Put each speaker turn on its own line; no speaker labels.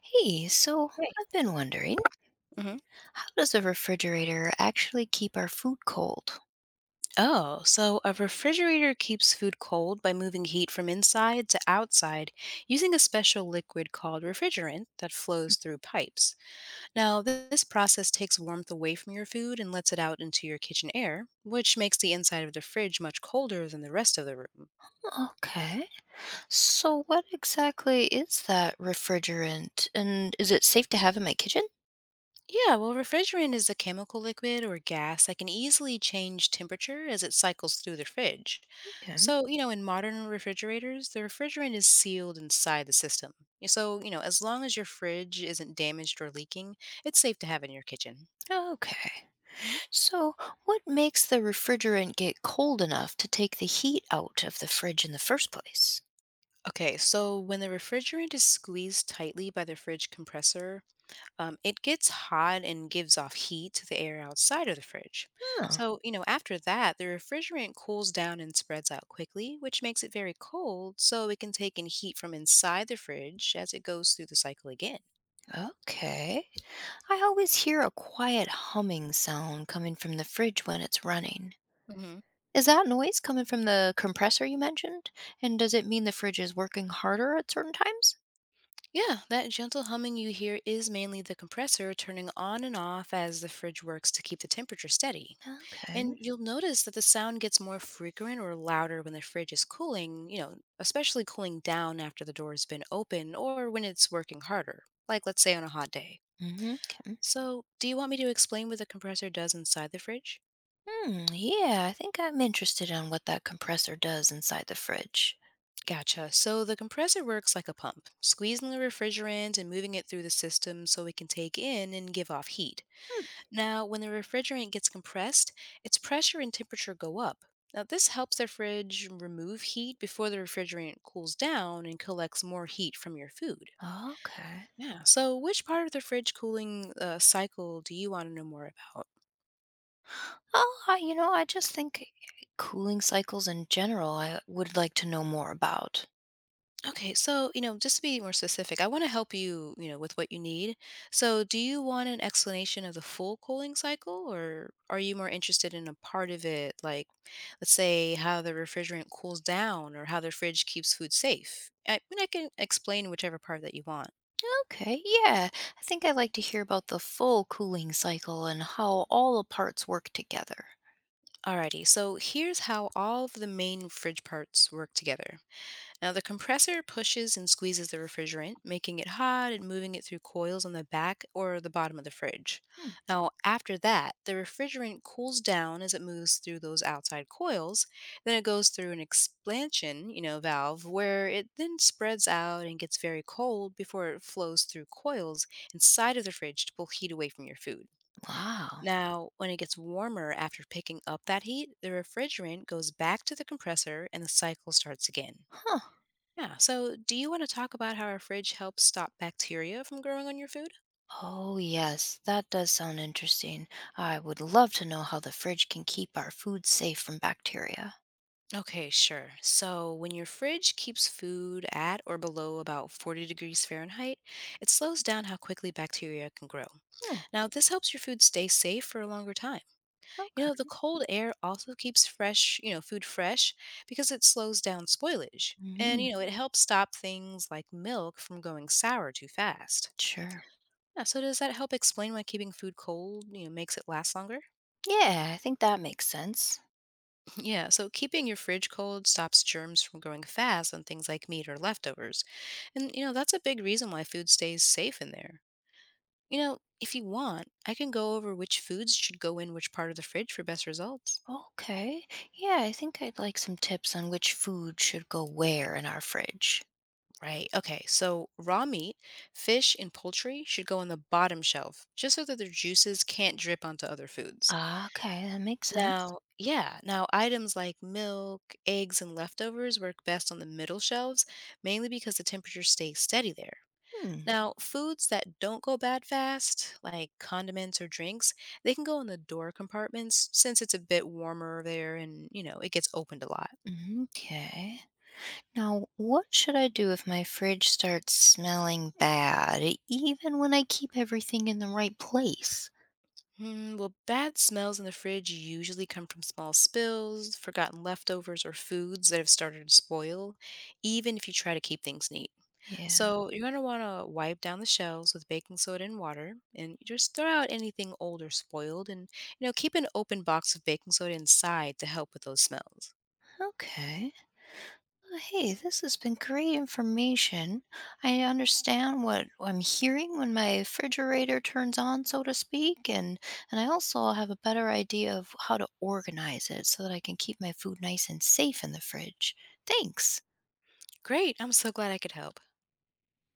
Hey, so
Right.
I've been wondering,
hmm
how does a refrigerator actually keep our food cold?
Oh, so a refrigerator keeps food cold by moving heat from inside to outside using a special liquid called refrigerant that flows
Mm.
through pipes. Now, this process takes warmth away from your food and lets it out into your kitchen air, which makes the inside of the fridge much colder than the rest of the room.
Okay. So, what exactly is that refrigerant? And is it safe to have in my kitchen?
Yeah, well, refrigerant is a chemical liquid or gas that can easily change temperature as it cycles through the fridge.
Okay.
So, in modern refrigerators, the refrigerant is sealed inside the system. So, as long as your fridge isn't damaged or leaking, it's safe to have in your kitchen.
Okay.
Mhm.
So, what makes the refrigerant get cold enough to take the heat out of the fridge in the first place?
Okay, so when the refrigerant is squeezed tightly by the fridge compressor, it gets hot and gives off heat to the air outside of the fridge.
Oh,
So, after that, the refrigerant cools down and spreads out quickly, which makes it very cold, so it can take in heat from inside the fridge as it goes through the cycle again.
okay. I always hear a quiet humming sound coming from the fridge when it's running.
Hmm.
Is that noise coming from the compressor you mentioned? And does it mean the fridge is working harder at certain times?
Yeah, that gentle humming you hear is mainly the compressor turning on and off as the fridge works to keep the temperature steady.
Okay.
And you'll notice that the sound gets more frequent or louder when the fridge is cooling, especially cooling down after the door has been open or when it's working harder, like let's say on a hot day.
Mm-hmm. Okay.
So, do you want me to explain what the compressor does inside the fridge?
Yeah, I think I'm interested in what that compressor does inside the fridge.
Gotcha. So, the compressor works like a pump, squeezing the refrigerant and moving it through the system so it can take in and give off heat.
Hmm,
Now, when the refrigerant gets compressed, its pressure and temperature go up. Now, this helps the fridge remove heat before the refrigerant cools down and collects more heat from your food.
okay.
Yeah. So, which part of the fridge cooling cycle do you want to know more about?
Oh, I just think cooling cycles in general, I would like to know more about.
Okay, so, just to be more specific, I want to help you, with what you need. So, do you want an explanation of the full cooling cycle, or are you more interested in a part of it, like, let's say, how the refrigerant cools down or how the fridge keeps food safe? I mean, I can explain whichever part that you want.
Okay, yeah, I think I'd like to hear about the full cooling cycle and how all the parts work together.
Alrighty, so here's how all of the main fridge parts work together. Now, the compressor pushes and squeezes the refrigerant, making it hot and moving it through coils on the back or the bottom of the fridge.
Hmm,
Now, after that, the refrigerant cools down as it moves through those outside coils. Then it goes through an expansion, valve where it then spreads out and gets very cold before it flows through coils inside of the fridge to pull heat away from your food.
wow.
Now, when it gets warmer after picking up that heat, the refrigerant goes back to the compressor and the cycle starts again.
Huh.
Yeah. So, do you want to talk about how our fridge helps stop bacteria from growing on your food?
Oh, yes, that does sound interesting. I would love to know how the fridge can keep our food safe from bacteria.
Okay, sure. So when your fridge keeps food at or below about 40 degrees Fahrenheit, it slows down how quickly bacteria can grow.
Hmm,
Now, this helps your food stay safe for a longer time. You know, the
okay.
cold air also keeps fresh, food fresh because it slows down spoilage. And,
Mhm.
it, mhm, helps stop things like milk from going sour too fast.
Sure.
Yeah, so does that help explain why keeping food cold, makes it last longer?
Yeah, I think that makes sense.
Yeah, so keeping your fridge cold stops germs from growing fast on things like meat or leftovers. And, that's a big reason why food stays safe in there. If you want, I can go over which foods should go in which part of the fridge for best results.
Okay. Yeah, I think I'd like some tips on which food should go where in our fridge.
Right. Okay. So raw meat, fish, and poultry should go on the bottom shelf just so that their juices can't drip onto other foods.
Ah, okay, that makes sense.
Now, yeah, now items like milk, eggs, and leftovers work best on the middle shelves, mainly because the temperature stays steady there.
Hmm.
Now, foods that don't go bad fast, like condiments or drinks, they can go in the door compartments since it's a bit warmer there and, it gets opened a lot.
Mm-hmm, okay. Now, what should I do if my fridge starts smelling bad, even when I keep everything in the right place?
Hmm, well, bad smells in the fridge usually come from small spills, forgotten leftovers, or foods that have started to spoil, even if you try to keep things neat.
Yeah.
So, you're going to want to wipe down the shelves with baking soda and water and just throw out anything old or spoiled and, keep an open box of baking soda inside to help with those smells.
Okay. Well, hey, this has been great information. I understand what I'm hearing when my refrigerator turns on, so to speak, and I also have a better idea of how to organize it so that I can keep my food nice and safe in the fridge. Thanks.
Great. I'm so glad I could help.